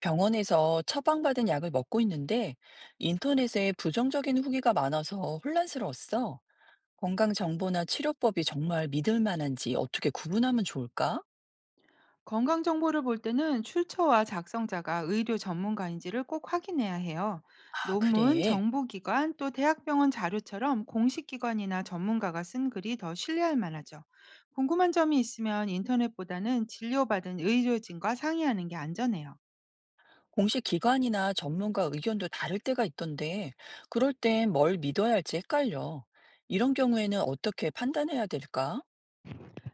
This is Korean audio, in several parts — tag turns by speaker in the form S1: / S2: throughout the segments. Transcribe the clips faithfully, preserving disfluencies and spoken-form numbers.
S1: 병원에서 처방받은 약을 먹고 있는데 인터넷에 부정적인 후기가 많아서 혼란스러웠어. 건강 정보나 치료법이 정말 믿을 만한지 어떻게 구분하면 좋을까?
S2: 건강 정보를 볼 때는 출처와 작성자가 의료 전문가인지를 꼭 확인해야 해요.
S1: 아,
S2: 논문,
S1: 그래.
S2: 정보기관, 또 대학병원 자료처럼 공식 기관이나 전문가가 쓴 글이 더 신뢰할 만하죠. 궁금한 점이 있으면 인터넷보다는 진료받은 의료진과 상의하는 게 안전해요.
S1: 공식 기관이나 전문가 의견도 다를 때가 있던데 그럴 땐 뭘 믿어야 할지 헷갈려. 이런 경우에는 어떻게 판단해야 될까?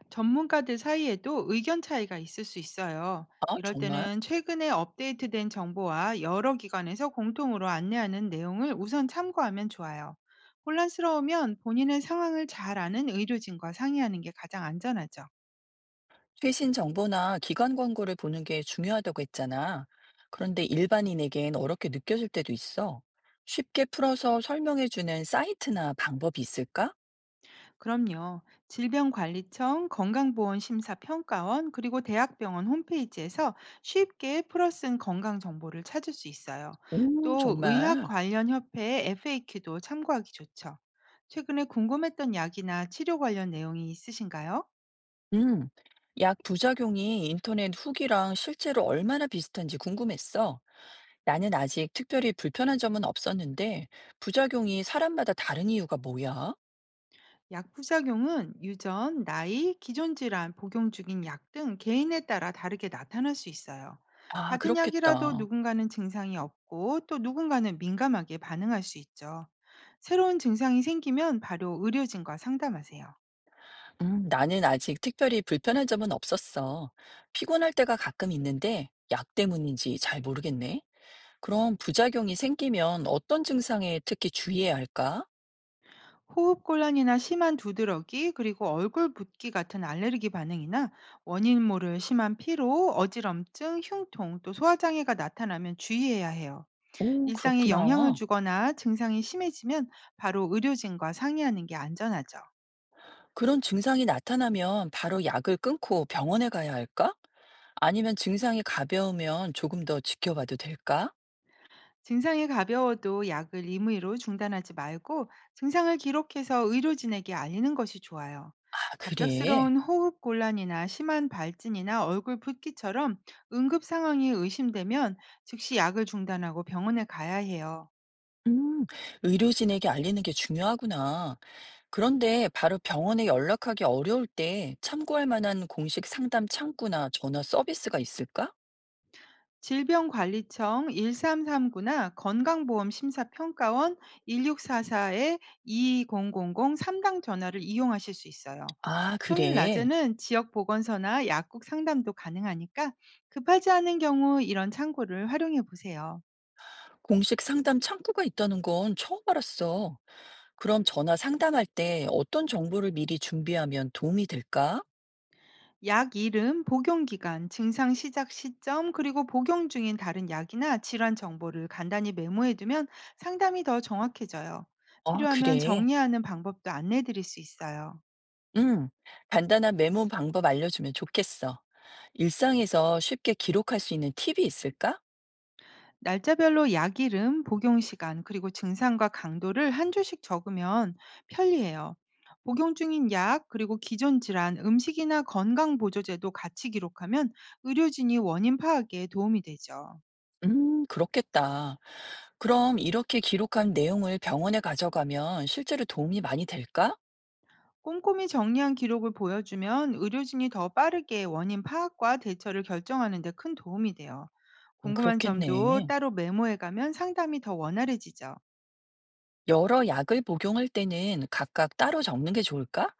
S2: 전문가들 사이에도 의견 차이가 있을 수 있어요.
S1: 아,
S2: 이럴
S1: 정말?
S2: 때는 최근에 업데이트된 정보와 여러 기관에서 공통으로 안내하는 내용을 우선 참고하면 좋아요. 혼란스러우면 본인의 상황을 잘 아는 의료진과 상의하는 게 가장 안전하죠.
S1: 최신 정보나 기관 광고를 보는 게 중요하다고 했잖아. 그런데 일반인에겐 어렵게 느껴질 때도 있어. 쉽게 풀어서 설명해주는 사이트나 방법이 있을까?
S2: 그럼요. 질병관리청, 건강보험심사평가원, 그리고 대학병원 홈페이지에서 쉽게 풀어쓴 건강 정보를 찾을 수 있어요.
S1: 오,
S2: 또 의학
S1: 정말.
S2: 관련 협회의 에프에이큐도 참고하기 좋죠. 최근에 궁금했던 약이나 치료 관련 내용이 있으신가요?
S1: 음, 약 부작용이 인터넷 후기랑 실제로 얼마나 비슷한지 궁금했어. 나는 아직 특별히 불편한 점은 없었는데, 부작용이 사람마다 다른 이유가 뭐야?
S2: 약 부작용은 유전, 나이, 기존 질환, 복용 중인 약 등 개인에 따라 다르게 나타날 수 있어요.
S1: 아,
S2: 같은 약이라도
S1: 그렇겠다.
S2: 누군가는 증상이 없고 또 누군가는 민감하게 반응할 수 있죠. 새로운 증상이 생기면 바로 의료진과 상담하세요.
S1: 음, 나는 아직 특별히 불편한 점은 없었어. 피곤할 때가 가끔 있는데 약 때문인지 잘 모르겠네. 그럼 부작용이 생기면 어떤 증상에 특히 주의해야 할까?
S2: 호흡곤란이나 심한 두드러기, 그리고 얼굴 붓기 같은 알레르기 반응이나 원인 모를 심한 피로, 어지럼증, 흉통, 또 소화장애가 나타나면 주의해야 해요.
S1: 오,
S2: 일상에
S1: 그렇구나.
S2: 영향을 주거나 증상이 심해지면 바로 의료진과 상의하는 게 안전하죠.
S1: 그런 증상이 나타나면 바로 약을 끊고 병원에 가야 할까? 아니면 증상이 가벼우면 조금 더 지켜봐도 될까?
S2: 증상이 가벼워도 약을 임의로 중단하지 말고 증상을 기록해서 의료진에게 알리는 것이 좋아요.
S1: 아, 그래.
S2: 갑작스러운 호흡 곤란이나 심한 발진이나 얼굴 붓기처럼 응급 상황이 의심되면 즉시 약을 중단하고 병원에 가야 해요.
S1: 음, 의료진에게 알리는 게 중요하구나. 그런데 바로 병원에 연락하기 어려울 때 참고할 만한 공식 상담 창구나 전화 서비스가 있을까?
S2: 질병관리청 일삼삼구나 건강보험심사평가원 일육사사에 이공공공 삼당 전화를 이용하실 수 있어요.
S1: 아,
S2: 평일
S1: 그래.
S2: 낮에는 지역 보건소나 약국 상담도 가능하니까 급하지 않은 경우 이런 창구를 활용해 보세요.
S1: 공식 상담 창구가 있다는 건 처음 알았어. 그럼 전화 상담할 때 어떤 정보를 미리 준비하면 도움이 될까?
S2: 약 이름, 복용 기간, 증상 시작 시점, 그리고 복용 중인 다른 약이나 질환 정보를 간단히 메모해 두면 상담이 더 정확해져요.
S1: 아,
S2: 필요하면
S1: 그래.
S2: 정리하는 방법도 안내 드릴 수 있어요.
S1: 응. 간단한 메모 방법 알려주면 좋겠어. 일상에서 쉽게 기록할 수 있는 팁이 있을까?
S2: 날짜별로 약 이름, 복용 시간, 그리고 증상과 강도를 한 줄씩 적으면 편리해요. 복용 중인 약, 그리고 기존 질환, 음식이나 건강보조제도 같이 기록하면 의료진이 원인 파악에 도움이 되죠.
S1: 음, 그렇겠다. 그럼 이렇게 기록한 내용을 병원에 가져가면 실제로 도움이 많이 될까?
S2: 꼼꼼히 정리한 기록을 보여주면 의료진이 더 빠르게 원인 파악과 대처를 결정하는 데 큰 도움이 돼요.
S1: 음,
S2: 궁금한 점도
S1: 그렇겠네.
S2: 따로 메모해 가면 상담이 더 원활해지죠.
S1: 여러 약을 복용할 때는 각각 따로 적는 게 좋을까?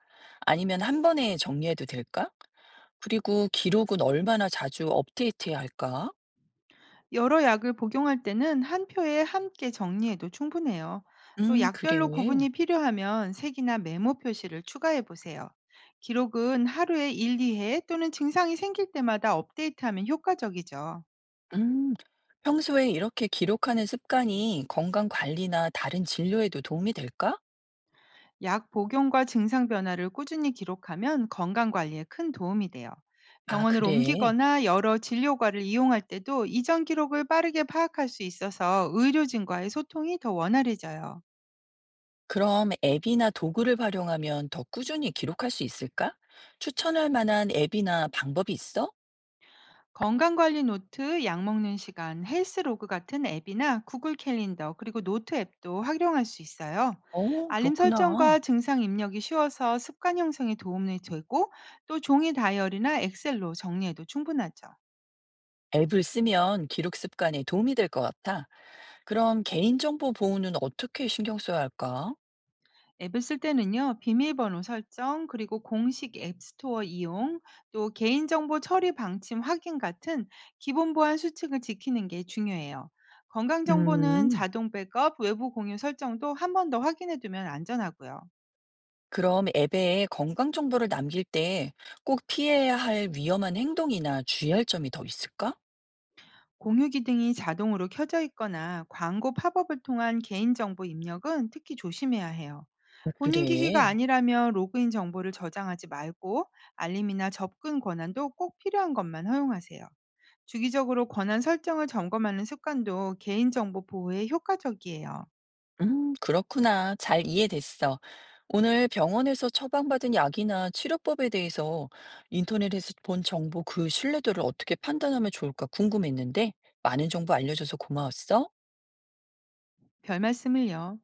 S1: 아니면 한 번에 정리해도 될까? 그리고 기록은 얼마나 자주 업데이트해야 할까?
S2: 여러 약을 복용할 때는 한 표에 함께 정리해도 충분해요. 또
S1: 음, 그래.
S2: 약별로 구분이 필요하면 색이나 메모 표시를 추가해 보세요. 기록은 하루에 일, 이 회 또는 증상이 생길 때마다 업데이트하면 효과적이죠.
S1: 음, 평소에 이렇게 기록하는 습관이 건강 관리나 다른 진료에도 도움이 될까?
S2: 약 복용과 증상 변화를 꾸준히 기록하면 건강 관리에 큰 도움이 돼요.
S1: 아,
S2: 병원을
S1: 그래.
S2: 옮기거나 여러 진료과를 이용할 때도 이전 기록을 빠르게 파악할 수 있어서 의료진과의 소통이 더 원활해져요.
S1: 그럼 앱이나 도구를 활용하면 더 꾸준히 기록할 수 있을까? 추천할 만한 앱이나 방법이 있어?
S2: 건강관리 노트, 약 먹는 시간, 헬스로그 같은 앱이나 구글 캘린더, 그리고 노트 앱도 활용할 수 있어요.
S1: 어,
S2: 알림
S1: 그렇구나.
S2: 설정과 증상 입력이 쉬워서 습관 형성에 도움이 되고 또 종이 다이어리나 엑셀로 정리해도 충분하죠.
S1: 앱을 쓰면 기록 습관에 도움이 될 것 같아. 그럼 개인정보 보호는 어떻게 신경 써야 할까?
S2: 앱을 쓸 때는요, 비밀번호 설정, 그리고 공식 앱 스토어 이용, 또 개인정보 처리 방침 확인 같은 기본 보안 수칙을 지키는 게 중요해요. 건강정보는
S1: 음,
S2: 자동 백업, 외부 공유 설정도 한 번 더 확인해 두면 안전하고요.
S1: 그럼 앱에 건강 정보를 남길 때 꼭 피해야 할 위험한 행동이나 주의할 점이 더 있을까?
S2: 공유 기능이 자동으로 켜져 있거나 광고 팝업을 통한 개인정보 입력은 특히 조심해야 해요. 본인 기기가
S1: 그래.
S2: 아니라면 로그인 정보를 저장하지 말고 알림이나 접근 권한도 꼭 필요한 것만 허용하세요. 주기적으로 권한 설정을 점검하는 습관도 개인정보 보호에 효과적이에요.
S1: 음, 그렇구나. 잘 이해됐어. 오늘 병원에서 처방받은 약이나 치료법에 대해서 인터넷에서 본 정보 그 신뢰도를 어떻게 판단하면 좋을까 궁금했는데 많은 정보 알려줘서 고마웠어.
S2: 별 말씀을요.